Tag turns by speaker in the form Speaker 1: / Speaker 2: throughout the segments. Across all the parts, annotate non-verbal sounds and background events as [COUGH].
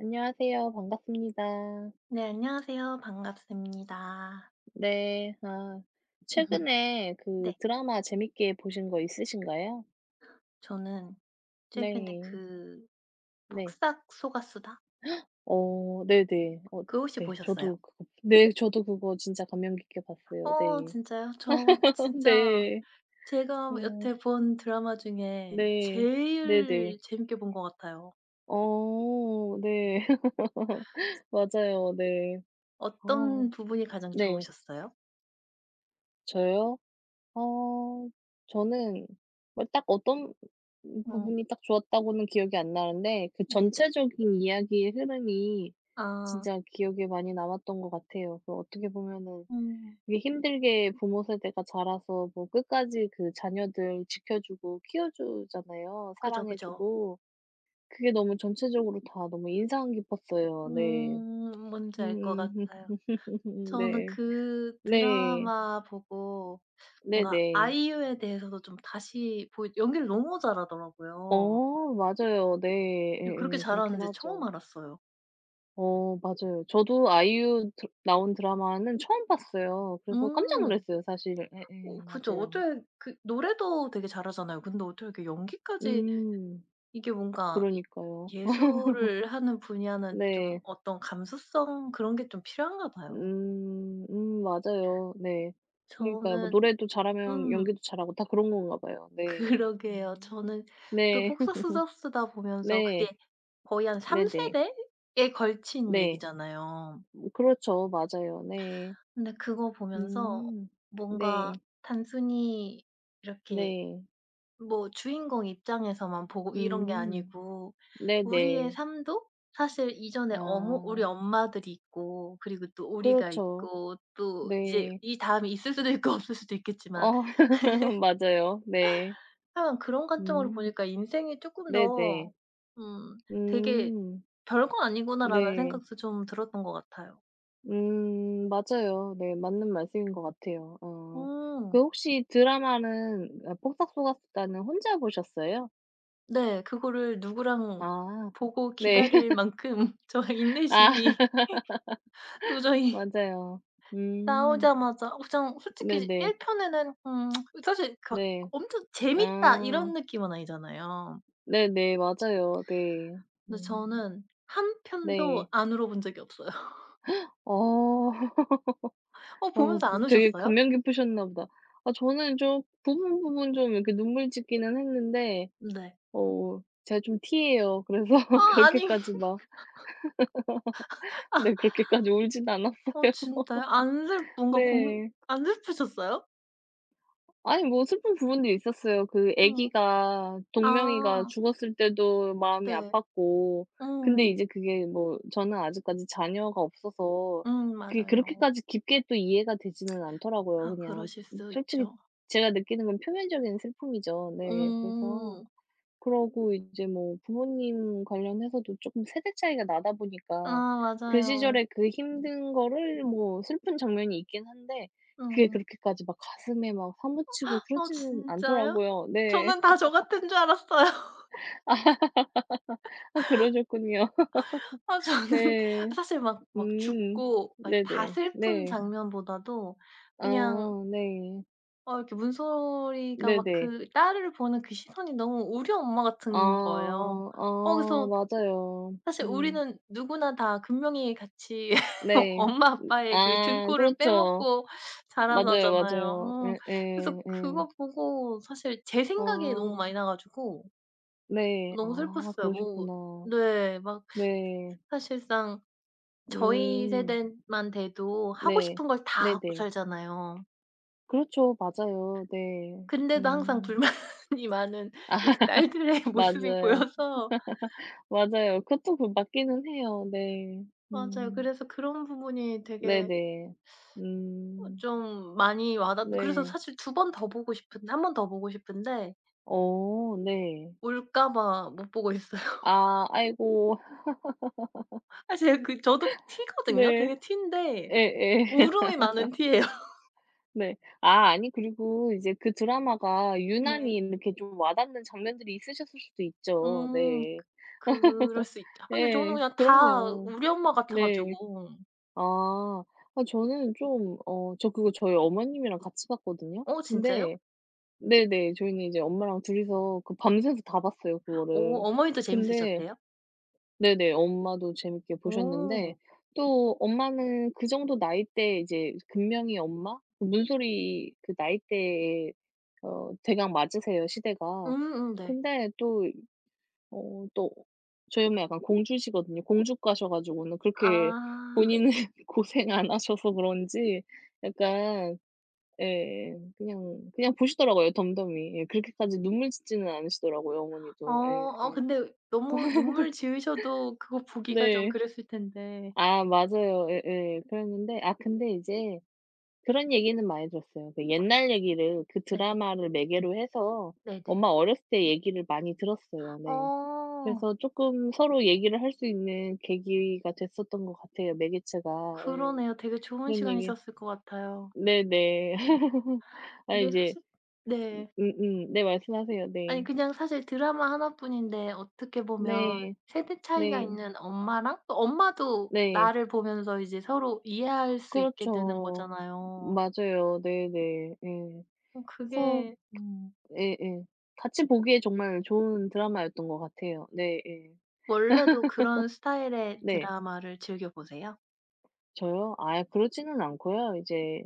Speaker 1: 안녕하세요. 반갑습니다.
Speaker 2: 네, 안녕하세요. 반갑습니다.
Speaker 1: 네. 아
Speaker 2: [LAUGHS]
Speaker 1: 최근에 그
Speaker 2: 네,
Speaker 1: 드라마 재밌게 보신 거 있으신가요?
Speaker 2: 저는 최근에
Speaker 1: 네.
Speaker 2: 그 폭
Speaker 1: 네.
Speaker 2: 삭 속았수다?
Speaker 1: 어 네네. 어
Speaker 2: 그거 혹시
Speaker 1: 네.
Speaker 2: 보셨어요?
Speaker 1: 저도 그거 진짜 감명 깊게 봤어요.
Speaker 2: 어,
Speaker 1: 네.
Speaker 2: 진짜요? 저
Speaker 1: [LAUGHS]
Speaker 2: 진짜
Speaker 1: 네.
Speaker 2: 제가
Speaker 1: 어
Speaker 2: 여태 본 드라마 중에
Speaker 1: 네. 네네.
Speaker 2: 제일 재밌게 본 것 같아요.
Speaker 1: 어 네. [LAUGHS] 맞아요. 네. 아
Speaker 2: 어떤 부분이 가장
Speaker 1: 네.
Speaker 2: 좋으셨어요?
Speaker 1: 저요? 어 저는 뭐 딱 어떤
Speaker 2: 음,
Speaker 1: 부분이 딱 좋았다고는 기억이 안 나는데 그
Speaker 2: 네네.
Speaker 1: 전체적인 이야기의 흐름이
Speaker 2: 아,
Speaker 1: 진짜 기억에 많이 남았던 것 같아요. 그 어떻게 보면은
Speaker 2: 음,
Speaker 1: 이게 힘들게 부모 세대가 자라서 뭐 끝까지 그 자녀들 지켜주고 키워주잖아요,
Speaker 2: 그죠,
Speaker 1: 사랑해
Speaker 2: 그죠.
Speaker 1: 주고. 그게 너무 전체적으로 다 너무 인상 깊었어요. 네.
Speaker 2: 음, 뭔지 알 것
Speaker 1: 음.
Speaker 2: 같아요.
Speaker 1: [LAUGHS]
Speaker 2: 저는
Speaker 1: 네.
Speaker 2: 그
Speaker 1: 네.
Speaker 2: 드라마 보고 뭔가
Speaker 1: 네네.
Speaker 2: 아이유에 대해서도 좀 다시 보 연기를 너무 잘하더라고요.
Speaker 1: 어 맞아요. 네.
Speaker 2: 예 그렇게
Speaker 1: 예예. 그렇긴
Speaker 2: 잘하는지 처음
Speaker 1: 하죠.
Speaker 2: 알았어요.
Speaker 1: 어 맞아요. 저도 아이유 드 나온 드라마는 처음 봤어요.
Speaker 2: 음.
Speaker 1: 그래서 깜짝 놀랐어요 사실.
Speaker 2: 어
Speaker 1: 예예.
Speaker 2: 그죠.
Speaker 1: 맞아요.
Speaker 2: 어떻게 그 노래도 되게 잘하잖아요. 근데 어떻게 이렇게 연기까지
Speaker 1: 음.
Speaker 2: 이게 뭔가 이
Speaker 1: 그러니까요.
Speaker 2: 예술을 하는 분야는 좀
Speaker 1: 네.
Speaker 2: 어떤 감수성 그런 게 좀 필요한가 봐요.
Speaker 1: 음. 맞아요. 네. 그러니까요. 뭐
Speaker 2: 저는
Speaker 1: 노래도 잘하면
Speaker 2: 음
Speaker 1: 연기도 잘하고 다 그런 건가 봐요. 네.
Speaker 2: [LAUGHS] 그러게요.
Speaker 1: 음.
Speaker 2: 저는 그
Speaker 1: 네. [LAUGHS]
Speaker 2: 폭싹수다 쓰다 보면서
Speaker 1: 네.
Speaker 2: 그게 거의 한 3
Speaker 1: 네네.
Speaker 2: 세대에 걸친
Speaker 1: 네.
Speaker 2: 얘기잖아요.
Speaker 1: 뭐 그렇죠. 맞아요. 네.
Speaker 2: 근데 그거 보면서
Speaker 1: 음.
Speaker 2: 뭔가
Speaker 1: 네.
Speaker 2: 단순히 이렇게
Speaker 1: 네.
Speaker 2: 뭐 주인공 입장에서만 보고 이런 게
Speaker 1: 음.
Speaker 2: 아니고 우리의
Speaker 1: 네네.
Speaker 2: 삶도 사실 이전에 어머 우리
Speaker 1: 아
Speaker 2: 엄마들이 있고 그리고 또 우리가
Speaker 1: 그렇죠.
Speaker 2: 있고 또 이제
Speaker 1: 네.
Speaker 2: 이 다이 있을 수도 있고 [LAUGHS] 없을 수도 있겠지만
Speaker 1: 어 [LAUGHS] 맞아요. 네.
Speaker 2: 하여간 그런 관점으로
Speaker 1: 음
Speaker 2: 보니까 '인생이 쪼끔 더
Speaker 1: 네네.
Speaker 2: 음 되게
Speaker 1: 음
Speaker 2: 별거 아니구나.'라는
Speaker 1: 네.
Speaker 2: 생각도 좀 들었던 것 같아요.
Speaker 1: 맞아요. 네. 맞는 말씀인 것 같아요. 어. 그
Speaker 2: 음.
Speaker 1: 혹시 드라마는 아 폭싹 속았수다는 혼자 보셨어요?
Speaker 2: 네. 그거를 누구랑
Speaker 1: 아
Speaker 2: 보고
Speaker 1: 네.
Speaker 2: 기다릴
Speaker 1: [LAUGHS]
Speaker 2: 만큼 [LAUGHS] 저의
Speaker 1: 아
Speaker 2: 인내심이 도저히
Speaker 1: 맞아요. 음
Speaker 2: 나오자마자 어 그냥 솔직히
Speaker 1: 네네.
Speaker 2: 1 편에는 사실 그 막
Speaker 1: 네.
Speaker 2: 엄청 '재밌다.' 이런
Speaker 1: 아
Speaker 2: 느낌은 아니잖아요.
Speaker 1: 네네. 맞아요. 네.
Speaker 2: 근데
Speaker 1: 음
Speaker 2: 저는 한
Speaker 1: 네.
Speaker 2: 편도 안 울어본 적이 없어요. [LAUGHS]
Speaker 1: 어.
Speaker 2: 어
Speaker 1: 어
Speaker 2: 보면서
Speaker 1: 그
Speaker 2: 안
Speaker 1: 되게
Speaker 2: 우셨어요?
Speaker 1: 감명 깊으셨나 보다. 아 저는 좀 부분 부분 좀 이렇게 눈물 짓기는 했는데
Speaker 2: 네.
Speaker 1: 어 제가 좀 T예요. 그래서
Speaker 2: 아
Speaker 1: [LAUGHS]
Speaker 2: 아니
Speaker 1: 그렇게까지
Speaker 2: [LAUGHS]
Speaker 1: 막 네
Speaker 2: 아
Speaker 1: 그렇게까지 울진 않았어요. [LAUGHS]
Speaker 2: 진짜요? 안 슬 뭔가 공
Speaker 1: 네.
Speaker 2: 안 슬프셨어요?
Speaker 1: 아니 뭐 슬픈 부분도 있었어요. 그
Speaker 2: 음.
Speaker 1: 아기가 동명이가
Speaker 2: 아
Speaker 1: 죽었을 때도 마음이
Speaker 2: 네.
Speaker 1: 아팠고 근데
Speaker 2: 음음.
Speaker 1: 이제 그게 뭐 저는 아직까지 자녀가 없어서 그게
Speaker 2: 맞아요.
Speaker 1: 그렇게까지 깊게 또 이해가 되지는 않더라고요.
Speaker 2: 아
Speaker 1: 그냥
Speaker 2: 그러실 수
Speaker 1: 솔직히
Speaker 2: 있죠.
Speaker 1: 제가 느끼는 건 표면적인 슬픔이죠. 네. 그래서
Speaker 2: 음.
Speaker 1: 그러고 이제 뭐 부모님 관련해서도 조금 세대 차이가 나다
Speaker 2: 아
Speaker 1: 보니까 그
Speaker 2: 맞아요.
Speaker 1: 시절에 그 힘든 거를 뭐 슬픈 장면이 있긴 한데 그게
Speaker 2: 음.
Speaker 1: 그렇게까지 막 가슴에 막 사무치고
Speaker 2: 어
Speaker 1: 그러지는
Speaker 2: 진짜요?
Speaker 1: 않더라고요. 네.
Speaker 2: 저는 다 저 같은 줄 알았어요. [LAUGHS]
Speaker 1: [LAUGHS] 아 그러셨군요.
Speaker 2: 아 저는
Speaker 1: 네.
Speaker 2: 사실 막
Speaker 1: 음.
Speaker 2: 죽고 막 이렇게 다
Speaker 1: 네네.
Speaker 2: 슬픈
Speaker 1: 네.
Speaker 2: 장면보다도
Speaker 1: 아
Speaker 2: 그냥
Speaker 1: 네.
Speaker 2: 어 이렇게 문소리가 막
Speaker 1: 네네.
Speaker 2: 그 딸을 보는 그 시선이 너무 우리 엄마 같은 거예요.
Speaker 1: 아.
Speaker 2: 어
Speaker 1: 아
Speaker 2: 그래서
Speaker 1: 맞아요.
Speaker 2: 사실
Speaker 1: 음.
Speaker 2: 우리는 누구나 다 금명이 같이 [LAUGHS]
Speaker 1: 네.
Speaker 2: 엄마 아빠의 그
Speaker 1: 아
Speaker 2: 등골을
Speaker 1: 그렇죠.
Speaker 2: 빼먹고 자라서
Speaker 1: 맞아요,
Speaker 2: 잖아요
Speaker 1: 맞아요. 예예
Speaker 2: 그래서
Speaker 1: 예. 예.
Speaker 2: 그거 보고 사실 제 생각이 너무
Speaker 1: 아
Speaker 2: 많이 나 가지고
Speaker 1: 네.
Speaker 2: 너무
Speaker 1: 아
Speaker 2: 슬펐어요. 뭐
Speaker 1: 그러셨구나.
Speaker 2: 네. 막
Speaker 1: 네.
Speaker 2: 사실상 저희
Speaker 1: 음.
Speaker 2: 세대만 돼도 하고
Speaker 1: 네.
Speaker 2: 싶은 걸 다 하고
Speaker 1: 네네.
Speaker 2: 살잖아요.
Speaker 1: 그렇죠. 맞아요. 네.
Speaker 2: 근데도 항상
Speaker 1: 음.
Speaker 2: 불만이 [LAUGHS] 많은 우리 딸들의 [LAUGHS] 모습이
Speaker 1: 맞아요.
Speaker 2: 보여서
Speaker 1: 맞아요. 그것도 그 맞기는 해요. 네.
Speaker 2: 맞아요.
Speaker 1: 음.
Speaker 2: 그래서 그런 부분이 되게
Speaker 1: 네네.
Speaker 2: 어
Speaker 1: 음.
Speaker 2: 좀 많이 와닿 그래서
Speaker 1: 네.
Speaker 2: 사실 두 번 더 보고 싶은데 한 번 더 보고 싶은데
Speaker 1: 어 네.
Speaker 2: 울까 봐 못 보고 있어요.
Speaker 1: 아 아이고. [LAUGHS]
Speaker 2: [LAUGHS] 사실 그 저도 T거든요.
Speaker 1: 네.
Speaker 2: 되게 T인데
Speaker 1: 에에
Speaker 2: 울음이 많은 T예요. [LAUGHS]
Speaker 1: 네. 아 아니 그리고 이제 그 드라마가 유난히
Speaker 2: 네.
Speaker 1: 이렇게 좀 와닿는 장면들이 있으셨을 수도 있죠.
Speaker 2: 음.
Speaker 1: 네.
Speaker 2: 그럴
Speaker 1: [LAUGHS]
Speaker 2: 수 있죠. 근데 저는
Speaker 1: 예.
Speaker 2: 그냥 다
Speaker 1: 그럼요.
Speaker 2: 우리 엄마 같아
Speaker 1: 네.
Speaker 2: 가지고
Speaker 1: 아. 아 저는 좀 어 저 그거 저희 어머님이랑 같이 봤거든요.
Speaker 2: 어 진짜요?
Speaker 1: 근데 네네. 저희는 이제 엄마랑 둘이서 그 밤새서 다 봤어요,
Speaker 2: 어
Speaker 1: 그거를.
Speaker 2: 어머니도
Speaker 1: 근데
Speaker 2: 재밌으셨대요?
Speaker 1: 네네. 엄마도 재밌게 보셨는데
Speaker 2: 오...
Speaker 1: 또 엄마는 그 정도 나이대 이제 금명이 엄마? 그 문소리 그 나이대에 어 대강 맞으세요, 시대가.
Speaker 2: 음음 네.
Speaker 1: 근데 또 어 또 저희 엄마 약간 공주시거든요. 공주 가셔 가지고는 그렇게
Speaker 2: 아.
Speaker 1: 본인은 [LAUGHS] 고생 안 하셔서 그런지 약간 예 그냥 그냥 보시더라고요 덤덤히. 예 그렇게까지 눈물 짓지는 않으시더라고요
Speaker 2: 어.
Speaker 1: 어머니도.
Speaker 2: 어
Speaker 1: 예예.
Speaker 2: 근데 너무 눈물 지으셔도 그거 보기가 좀
Speaker 1: 네.
Speaker 2: 그랬을 텐데.
Speaker 1: 아 맞아요. 예예. 그랬는데 아 근데 이제 그런 얘기는 많이 들었어요. 그
Speaker 2: 어
Speaker 1: 옛날 얘기를 그
Speaker 2: 네네.
Speaker 1: 드라마를 매개로 해서
Speaker 2: 네네.
Speaker 1: 엄마 어렸을 때 얘기를 많이 들었어요. 네.
Speaker 2: 어.
Speaker 1: 그래서 쪼끔 서로 얘기를 할 수 있는 계기가 됐었던 것 같아요, 매개체가. 예.
Speaker 2: 그러네요. 되게 좋은
Speaker 1: 그런 얘기
Speaker 2: 시간이셨을 것 같아요.
Speaker 1: 네네. [LAUGHS] 아
Speaker 2: 이게
Speaker 1: 이제
Speaker 2: 사실 네.
Speaker 1: 음음. 네 말씀하세요.
Speaker 2: 아니
Speaker 1: 네.
Speaker 2: 그냥 사실 드라마 하나뿐인데 어떻게 보면
Speaker 1: 네.
Speaker 2: 세대 차이가
Speaker 1: 네.
Speaker 2: 있는 엄마랑 또 엄마도
Speaker 1: 네.
Speaker 2: 나를 보면서 이제 서로 이해할 수 있게 되는
Speaker 1: 그렇죠.
Speaker 2: 거잖아요.
Speaker 1: 맞아요. 네네. 예. 네.
Speaker 2: 어
Speaker 1: 그래서
Speaker 2: 그게
Speaker 1: 예예. 같이 보기에 정말 좋은 드라마였던 것 같아요. 네 예.
Speaker 2: 원래도 그런 스타일의
Speaker 1: 네.
Speaker 2: 드라마를 즐겨 보세요?
Speaker 1: 저요? 아예 그러지는 않고요. 이제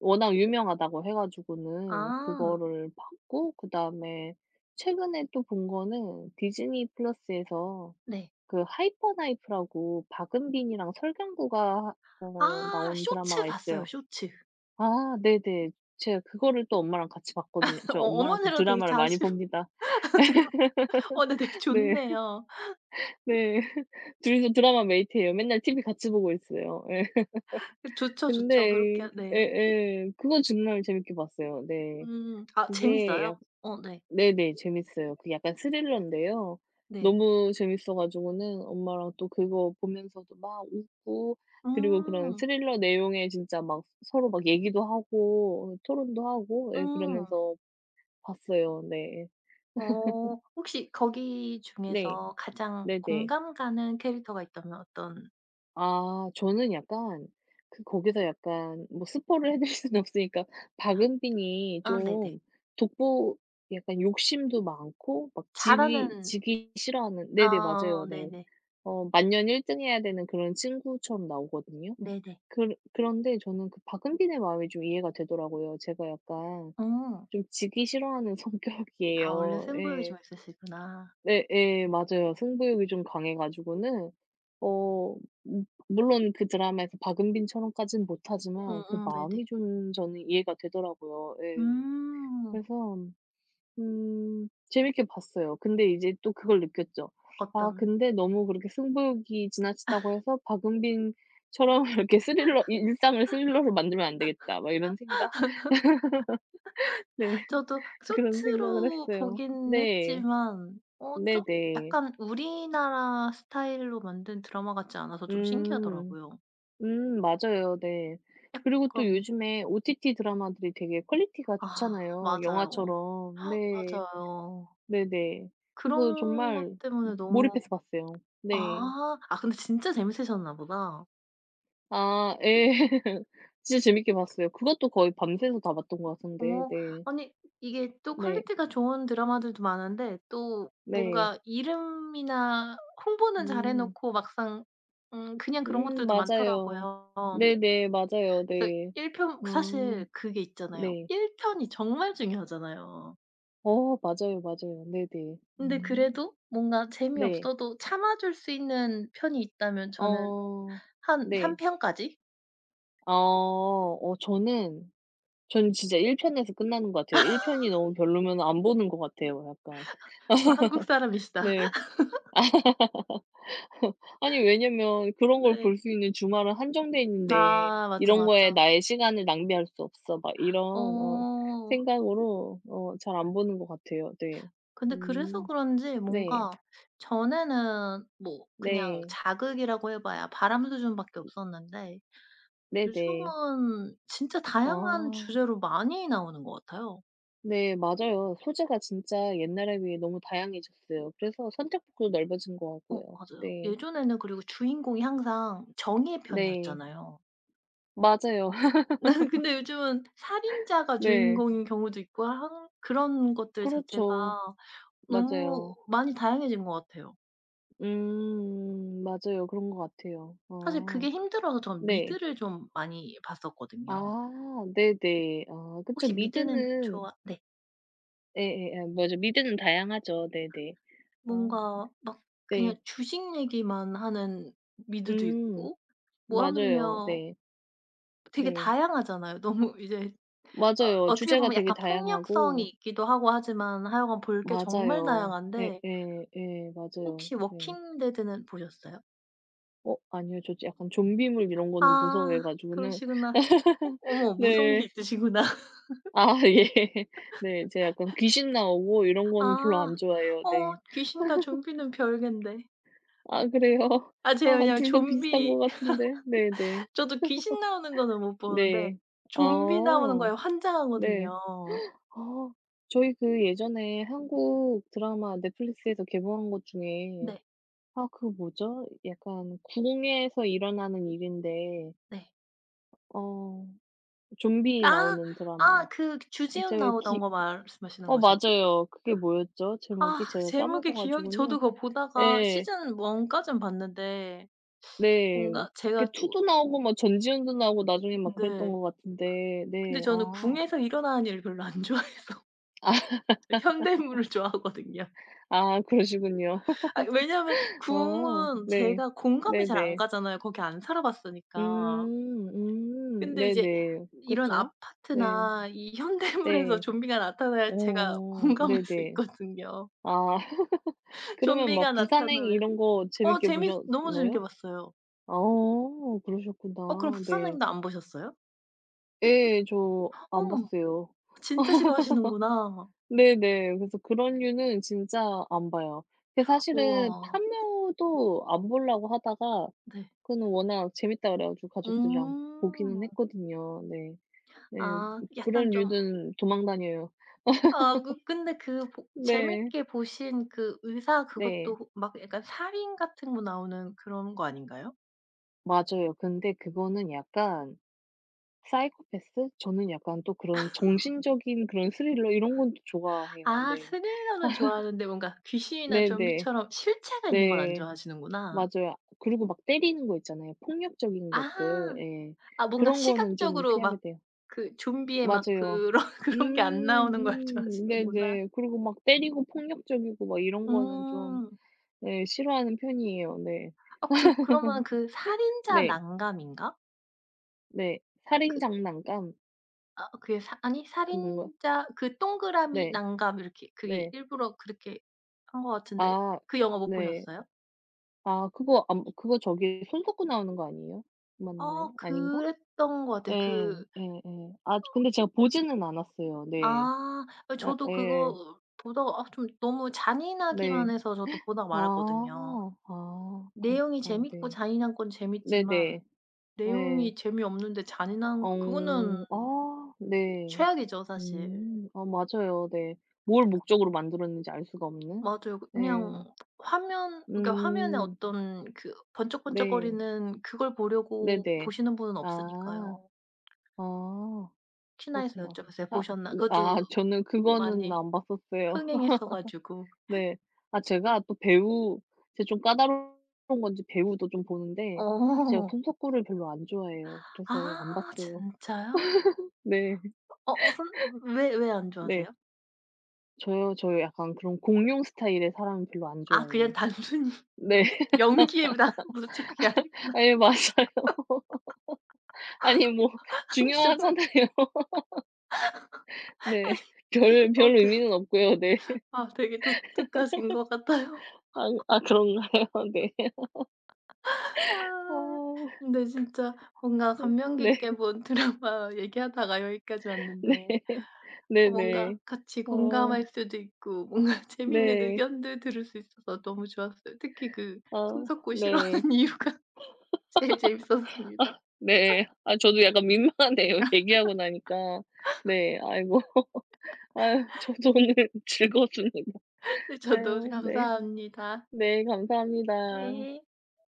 Speaker 1: 워낙 유명하다고 해 가지고는
Speaker 2: 아
Speaker 1: 그거를 봤고 그다음에 최근에 또 본 거는 디즈니 플러스에서
Speaker 2: 네.
Speaker 1: 그 하이퍼 나이프라고 박은빈이랑 설경구가 어
Speaker 2: 아
Speaker 1: 나온
Speaker 2: 쇼츠
Speaker 1: 드라마가
Speaker 2: 봤어요,
Speaker 1: 있어요.
Speaker 2: 쇼츠.
Speaker 1: 아 네네. 제가 그거를 또 엄마랑 같이 봤거든요.
Speaker 2: [LAUGHS]
Speaker 1: 저
Speaker 2: 어
Speaker 1: 엄마랑 좀
Speaker 2: 어머니랑 되게
Speaker 1: 드라마를 많이
Speaker 2: 자주 [LAUGHS]
Speaker 1: 봅니다.
Speaker 2: 어 네 되게
Speaker 1: [LAUGHS] 네.
Speaker 2: 좋네요.
Speaker 1: 네. [LAUGHS] 둘이서 드라마 메이트예요. 맨날 TV 같이 보고 있어요. 예.
Speaker 2: 그 좋죠, 좋죠. 그렇게
Speaker 1: 근데 에
Speaker 2: 네.
Speaker 1: 에 그거 정말 재밌게 봤어요. 네.
Speaker 2: 음. 아
Speaker 1: 그게 약
Speaker 2: 재밌어요? 어 네.
Speaker 1: 네네. 재밌어요. 그 약간 스릴러인데요.
Speaker 2: 네.
Speaker 1: 너무 재밌어 가지고는 엄마랑 또 그거 보면서도 막 웃고 그리고 그런
Speaker 2: 음.
Speaker 1: 스릴러 내용에 진짜 막 서로 막 얘기도 하고 토론도 하고 예
Speaker 2: 음.
Speaker 1: 그러면서 봤어요. 네.
Speaker 2: 어 혹시 거기
Speaker 1: 네.
Speaker 2: 중에서 가장
Speaker 1: 네네.
Speaker 2: 공감 가는 캐릭터가 있다면 어떤
Speaker 1: 아 저는 약간 그 거기서 약간 뭐 스포를 해 드릴 수는 없으니까 박은빈이
Speaker 2: 아 네네.
Speaker 1: 좀 독보 약간 욕심도 많고 막 지기
Speaker 2: 잘하는
Speaker 1: 지기 싫어하는 네네.
Speaker 2: 아
Speaker 1: 맞아요. 네.
Speaker 2: 네네.
Speaker 1: 어 만년 1등 해야 되는 그런 친구처럼 나오거든요.
Speaker 2: 네네.
Speaker 1: 그런 그런데 저는 그 박은빈의 마음이 좀 이해가 되더라고요. 제가 약간
Speaker 2: 음.
Speaker 1: 좀 지기 싫어하는 [LAUGHS]
Speaker 2: 아 원래
Speaker 1: 성격이에요.
Speaker 2: 승부욕이
Speaker 1: 예.
Speaker 2: 좀 있으시구나.
Speaker 1: 예예. 맞아요. 승부욕이 좀 강해 가지고는 어 물론 그 드라마에서 박은빈처럼까지는 못하지만 그
Speaker 2: 음음 네네.
Speaker 1: 마음이 좀 저는 이해가 되더라고요. 예.
Speaker 2: 음.
Speaker 1: 그래서 재밌게 봤어요. 근데 이제 또 그걸 느꼈죠. 아
Speaker 2: 어떤
Speaker 1: 근데 너무 그렇게 승부욕이 지나치다고 해서 '박은빈처럼 [LAUGHS] 이렇게 스릴러 이 일상을 스릴러로 만들면 안 되겠다.' 막 이런 생각? [LAUGHS] 네.
Speaker 2: 저도
Speaker 1: 그런 생각을
Speaker 2: 쇼츠로
Speaker 1: 했어요.
Speaker 2: 보긴
Speaker 1: 네.
Speaker 2: 했지만
Speaker 1: 네네.
Speaker 2: 약간 우리나라 스타일로 만든 드라마 같지 않아서 좀
Speaker 1: 음.
Speaker 2: 신기하더라고요.
Speaker 1: 맞아요. 네. 그리고 또
Speaker 2: 약간
Speaker 1: 요즘에 OTT 드라마들이 되게 퀄리티가
Speaker 2: 아
Speaker 1: 좋잖아요,
Speaker 2: 맞아요.
Speaker 1: 영화처럼. 네.
Speaker 2: 맞아요.
Speaker 1: 네네. 그래서
Speaker 2: 그런 것
Speaker 1: 정말
Speaker 2: 때문에 너무
Speaker 1: 몰입해서 봤어요. 네.
Speaker 2: 아. 아 근데 진짜 재밌으셨나 보다.
Speaker 1: 아 예. [LAUGHS] 진짜 재밌게 봤어요. 그것도 거의 밤새서 다 봤던 것 같은데
Speaker 2: 어
Speaker 1: 네.
Speaker 2: 아니 이게 또
Speaker 1: 네.
Speaker 2: 퀄리티가 좋은 드라마들도 많은데 또
Speaker 1: 네.
Speaker 2: 뭔가 이름이나 홍보는 잘해
Speaker 1: 음.
Speaker 2: 놓고 막상 그냥 그런 것들도
Speaker 1: 맞아요.
Speaker 2: 많더라고요.
Speaker 1: 네네. 맞아요.
Speaker 2: 그래서
Speaker 1: 네.
Speaker 2: 1편
Speaker 1: 아
Speaker 2: 사실 그게 있잖아요.
Speaker 1: 네.
Speaker 2: 1 편이 정말 중요하잖아요.
Speaker 1: 어 맞아요, 맞아요. 네네.
Speaker 2: 근데
Speaker 1: 음.
Speaker 2: 그래도 뭔가
Speaker 1: 네.
Speaker 2: 재미없어도 참아 줄 수 있는 편이 있다면 저는
Speaker 1: 어
Speaker 2: 한 3
Speaker 1: 네.
Speaker 2: 편까지?
Speaker 1: 어 어 저는 진짜 1 편에서 끝나는 것 같아요. 1 편이 너무 별로면 안 보는 것 같아요 약간.
Speaker 2: 아 한국 사람이시다.
Speaker 1: 네.
Speaker 2: [LAUGHS]
Speaker 1: 아니 왜냐면 그런 걸
Speaker 2: 네.
Speaker 1: 볼 수 있는 주말은 한정돼 있는데
Speaker 2: 아 맞죠,
Speaker 1: '이런 거에
Speaker 2: 맞죠.
Speaker 1: 나의 시간을 낭비할 수 없어.' 막 이런 어
Speaker 2: 어
Speaker 1: 생각으로 어 잘 안 보는 것 같아요. 네.
Speaker 2: 근데 그래서
Speaker 1: 음.
Speaker 2: 그런지
Speaker 1: 네.
Speaker 2: 뭔가 전에는 뭐 그냥
Speaker 1: 네.
Speaker 2: 자극이라고 해 봐야 바람 수준밖에 없었는데
Speaker 1: 네네.
Speaker 2: 요즘은 진짜 다양한
Speaker 1: 아.
Speaker 2: 주제로 많이 나오는 것 같아요.
Speaker 1: 네 맞아요. 소재가 진짜 옛날에 비해 너무 다양해졌어요. 그래서 선택폭도 넓어진 것
Speaker 2: 어
Speaker 1: 같고요.
Speaker 2: 맞아요.
Speaker 1: 네.
Speaker 2: 예전에는 그리고 주인공이 항상 정의의
Speaker 1: 네.
Speaker 2: 편이었잖아요.
Speaker 1: 맞아요. [LAUGHS]
Speaker 2: [LAUGHS] 네 근데 요즘은 살인자가
Speaker 1: 네.
Speaker 2: 주인공인 경우도 있고 한 그런 것들 자체가
Speaker 1: 그렇죠.
Speaker 2: 너무
Speaker 1: 맞아요.
Speaker 2: 많이 다양해진 것 같아요.
Speaker 1: 맞아요. 그런 것 같아요.
Speaker 2: 사실
Speaker 1: 아.
Speaker 2: 그게 힘들어서 전
Speaker 1: 네.
Speaker 2: 미드를 좀 많이 봤었거든요.
Speaker 1: 아 네네. 아 그쵸.
Speaker 2: 혹시 미드는
Speaker 1: 미드는
Speaker 2: 좋아 네.
Speaker 1: 예예예. 맞아. 미드는 다양하죠. 네네. 아
Speaker 2: 뭔가 막 그냥
Speaker 1: 네.
Speaker 2: 주식 얘기만 하는 미드도
Speaker 1: 음
Speaker 2: 있고 뭐
Speaker 1: 맞아요.
Speaker 2: 하물며
Speaker 1: 네.
Speaker 2: 되게
Speaker 1: 네.
Speaker 2: 다양하잖아요. [LAUGHS] 너무 이제 어
Speaker 1: 맞아요.
Speaker 2: 어떻게
Speaker 1: 주제가
Speaker 2: 보면
Speaker 1: 되게
Speaker 2: 약간 폭력성이
Speaker 1: 다양하고
Speaker 2: 있기도 하고 하지만 하여간 볼 게 정말
Speaker 1: 맞아요. 예예
Speaker 2: 다양한데
Speaker 1: 예. 예, 맞아요.
Speaker 2: 혹시
Speaker 1: 네.
Speaker 2: 워킹 데드는 보셨어요?
Speaker 1: 어 아니요. 저 약간 좀비물 이런 거는
Speaker 2: 아
Speaker 1: 무서워해 가지고는
Speaker 2: 그러시구나. 어
Speaker 1: [LAUGHS]
Speaker 2: 어머 무서운 게
Speaker 1: 네.
Speaker 2: 있으시구나.
Speaker 1: 아 예. [LAUGHS] 네. 제가 약간 귀신 나오고 이런 거는 별로 안
Speaker 2: 아.
Speaker 1: 좋아해요.
Speaker 2: 어
Speaker 1: 네.
Speaker 2: 귀신과 좀비는 별개인데.
Speaker 1: 아 그래요? [LAUGHS]
Speaker 2: 아
Speaker 1: 아
Speaker 2: 제가 그냥
Speaker 1: 둘 다 비슷한
Speaker 2: 좀비
Speaker 1: 것 같은데. 네네.
Speaker 2: [LAUGHS] 저도 귀신 나오는 거는 못 보는데
Speaker 1: 네. 아
Speaker 2: 좀비 나오는 거에
Speaker 1: 네.
Speaker 2: 환장하거든요.
Speaker 1: 아 저희 그 예전에 한국 드라마 넷플릭스에서 개봉한 것 중에
Speaker 2: 네.
Speaker 1: 아 그 뭐죠? 약간 궁에서 일어나는 일인데
Speaker 2: 네.
Speaker 1: 어 좀비
Speaker 2: 아.
Speaker 1: 나오는 드라마.
Speaker 2: 아 그
Speaker 1: 아
Speaker 2: 주지훈
Speaker 1: 제가
Speaker 2: 나오던
Speaker 1: 기
Speaker 2: 거 말씀하시는
Speaker 1: 어
Speaker 2: 거죠?
Speaker 1: 맞아요. 그게 뭐였죠?
Speaker 2: 아
Speaker 1: 제목이 제가
Speaker 2: 제목이
Speaker 1: 까먹어
Speaker 2: 기억이
Speaker 1: 가지고는
Speaker 2: 저도 그거 보다가
Speaker 1: 예.
Speaker 2: 시즌 1 까진 봤는데
Speaker 1: 네.
Speaker 2: 뭔가
Speaker 1: 그게
Speaker 2: 제가
Speaker 1: 2
Speaker 2: 또
Speaker 1: 도 나오고 막 전지현도 나오고 나중에 막 그랬던
Speaker 2: 네.
Speaker 1: 것 같은데
Speaker 2: 근데
Speaker 1: 네.
Speaker 2: 저는
Speaker 1: 아.
Speaker 2: 궁에서 일어나는 일 별로 안 [LAUGHS] 좋아해서
Speaker 1: [LAUGHS] 아
Speaker 2: 저 현대물을 좋아하거든요.
Speaker 1: 아 그러시군요.
Speaker 2: 아 왜냐하면
Speaker 1: 아
Speaker 2: 궁은
Speaker 1: 네.
Speaker 2: 제가 공감이 잘 안
Speaker 1: 네네.
Speaker 2: 가잖아요, 거기 안 살아봤으니까.
Speaker 1: 음. 음.
Speaker 2: 근데 이제
Speaker 1: 네네.
Speaker 2: 이런
Speaker 1: 그쵸. 네.
Speaker 2: 아파트나 이 현대물에서
Speaker 1: 네.
Speaker 2: 좀비가 나타나야 제가 [LAUGHS]
Speaker 1: 어
Speaker 2: 공감할 수
Speaker 1: 네네.
Speaker 2: 있거든요.
Speaker 1: 아 [LAUGHS] 그러면 막
Speaker 2: 좀비가
Speaker 1: 부산행
Speaker 2: 나타나면
Speaker 1: 이런 거
Speaker 2: 어
Speaker 1: 재밌게
Speaker 2: 재밌 너무 재밌게
Speaker 1: 보셨나요?
Speaker 2: 봤어요.
Speaker 1: 어 그러셨구나.
Speaker 2: 어 그럼 부산
Speaker 1: 네.
Speaker 2: 행도 안 보셨어요?
Speaker 1: 예. 저 안
Speaker 2: 어머
Speaker 1: 봤어요.
Speaker 2: 진짜 싫어하시는구나.
Speaker 1: 네네. 그래서 그런 류는 진짜 안 봐요. 근데 사실은
Speaker 2: 우와.
Speaker 1: 파묘도 안 보려고 하다가
Speaker 2: 네.
Speaker 1: 그거는 워낙 재밌다 그래 가지고 가족들이랑
Speaker 2: 음.
Speaker 1: 보기는 했거든요. 네. 네.
Speaker 2: 아
Speaker 1: 그런
Speaker 2: 약간 좀
Speaker 1: 류는 도망 다녀요.
Speaker 2: 아 그 근데 그 보
Speaker 1: 네.
Speaker 2: 재밌게 보신 그 의사
Speaker 1: 네.
Speaker 2: 그것도 막 약간 살인 같은 거 나오는 그런 거 아닌가요?
Speaker 1: 맞아요. 근데 그거는 약간 사이코패스? 저는 약간 또 그런 정신적인 그런 스릴러 이런 건 좋아해요.
Speaker 2: 아
Speaker 1: 네.
Speaker 2: 스릴러는 좋아하는데 뭔가 귀신이나
Speaker 1: 네네. 네.
Speaker 2: 좀비처럼 실체가 있는 건 안
Speaker 1: 네,
Speaker 2: 좋아하시는구나.
Speaker 1: 맞아요. 그리고 막 때리는 거 있잖아요. 폭력적인 것들.
Speaker 2: 아.
Speaker 1: 예.
Speaker 2: 아 뭔가
Speaker 1: 그런 거는 좀
Speaker 2: 시각적으로
Speaker 1: 피하게
Speaker 2: 막
Speaker 1: 돼요.
Speaker 2: 그 좀비의 막
Speaker 1: 맞아요.
Speaker 2: 그런 [LAUGHS] 그런 게 안 나오는 걸 좋아하시는구나.
Speaker 1: 네네. 그리고 막 때리고 폭력적이고 막 이런 거는 좀
Speaker 2: 음.
Speaker 1: 예 싫어하는 편이에요. 네.
Speaker 2: 아 그 그러면 그 살인자
Speaker 1: 네.
Speaker 2: 난감인가?
Speaker 1: 네. 살인
Speaker 2: 그
Speaker 1: 장난감
Speaker 2: 아 그게 사 아니
Speaker 1: 그건가?
Speaker 2: 살인자 그 동그라미
Speaker 1: 네.
Speaker 2: 난감 이렇게 그게
Speaker 1: 네.
Speaker 2: 일부러 그렇게 한 것 같은데
Speaker 1: 아
Speaker 2: 그 영화 못
Speaker 1: 네.
Speaker 2: 보셨어요?
Speaker 1: 아 그거 안 그거 저기 손 씻고 나오는 거 아니에요?
Speaker 2: 아
Speaker 1: 맞나요? 아닌가?
Speaker 2: 그랬던 것
Speaker 1: 예.
Speaker 2: 같아요.
Speaker 1: 예예. 아 근데 제가 보지는 않았어요. 네.
Speaker 2: 아 예
Speaker 1: 아
Speaker 2: 저도
Speaker 1: 예.
Speaker 2: 그거 보다가 아 좀 너무
Speaker 1: 네.
Speaker 2: 잔인하기만 해서 저도 보다가
Speaker 1: 아.
Speaker 2: 말았거든요.
Speaker 1: 아
Speaker 2: 내용이
Speaker 1: 그렇구나.
Speaker 2: 재밌고
Speaker 1: 네.
Speaker 2: 잔인한 건 재밌지만
Speaker 1: 네네. 예.
Speaker 2: 내용이 재미없는데 잔인한
Speaker 1: 어.
Speaker 2: 그거는
Speaker 1: 아 네.
Speaker 2: 최악이죠 사실.
Speaker 1: 음. 아 맞아요. 네. 뭘 목적으로 만들었는지 알 수가 없는.
Speaker 2: 맞아요. 그
Speaker 1: 예.
Speaker 2: 그냥 화면 그러니까 화면에
Speaker 1: 음.
Speaker 2: 어떤 그
Speaker 1: 네.
Speaker 2: 번쩍번쩍거리는 그걸 보려고
Speaker 1: 네네.
Speaker 2: 보시는 분은
Speaker 1: 아.
Speaker 2: 없으니까요.
Speaker 1: 아
Speaker 2: 혹시나 해서
Speaker 1: 그렇구나.
Speaker 2: 여쭤봤어요.
Speaker 1: 아
Speaker 2: 보셨나?
Speaker 1: 네. 아
Speaker 2: 그것도
Speaker 1: 저는 그거는
Speaker 2: 많이
Speaker 1: 안 봤었어요.
Speaker 2: 흥행했어 가지고.
Speaker 1: [LAUGHS] 네. 아 제가 또 배우 제가 좀 까다로운 건지 배우도 좀 보는데 사실 제가
Speaker 2: 어.
Speaker 1: 손석구를 별로 안 좋아해요. 그래서 안
Speaker 2: 아
Speaker 1: 봤어요.
Speaker 2: 진짜요?
Speaker 1: 네.
Speaker 2: 어 어 선 왜 왜 안
Speaker 1: 네.
Speaker 2: 좋아하세요?
Speaker 1: 저요, 저 약간 그런 공룡 스타일의 사람 별로 안
Speaker 2: 아 그냥
Speaker 1: 좋아해요.
Speaker 2: 단순히 [LAUGHS]
Speaker 1: 네.
Speaker 2: 연기에 난 무슨 그게
Speaker 1: [LAUGHS]
Speaker 2: 아니구나.
Speaker 1: 아니 맞아요. 아니 뭐
Speaker 2: [LAUGHS] 아니
Speaker 1: 중요하잖아요.
Speaker 2: 저는
Speaker 1: [LAUGHS] 네. 별
Speaker 2: 어
Speaker 1: 별
Speaker 2: 되게
Speaker 1: 의미는 없고요. 네.
Speaker 2: 아 되게 독특하신 것 같아요.
Speaker 1: 아 아 그런가요? [LAUGHS] 네.
Speaker 2: 아.
Speaker 1: 아.
Speaker 2: 근데 진짜 뭔가 감명
Speaker 1: 네.
Speaker 2: 깊게 본 [LAUGHS] 드라마 얘기하다가 여기까지
Speaker 1: 네.
Speaker 2: 왔는데
Speaker 1: [LAUGHS]
Speaker 2: 어
Speaker 1: 네네.
Speaker 2: 뭔가 같이
Speaker 1: 어
Speaker 2: 공감할 수도 있고 뭔가 [LAUGHS] 재밌는
Speaker 1: 네.
Speaker 2: 의견들 들을 수 있어서 너무 좋았어요. 특히 그
Speaker 1: 아
Speaker 2: 손석구
Speaker 1: 네.
Speaker 2: 싫어하는 [LAUGHS] 이유가 제일 재밌었습니다.
Speaker 1: 네. 아 저도 약간 민망하네요, [LAUGHS] 얘기하고 나니까. 네. 아이고. 아유 저도 오늘 [LAUGHS] 즐거웠습니다.
Speaker 2: 네 저도
Speaker 1: 아유 네.
Speaker 2: 감사합니다.
Speaker 1: 네 감사합니다.
Speaker 2: 네.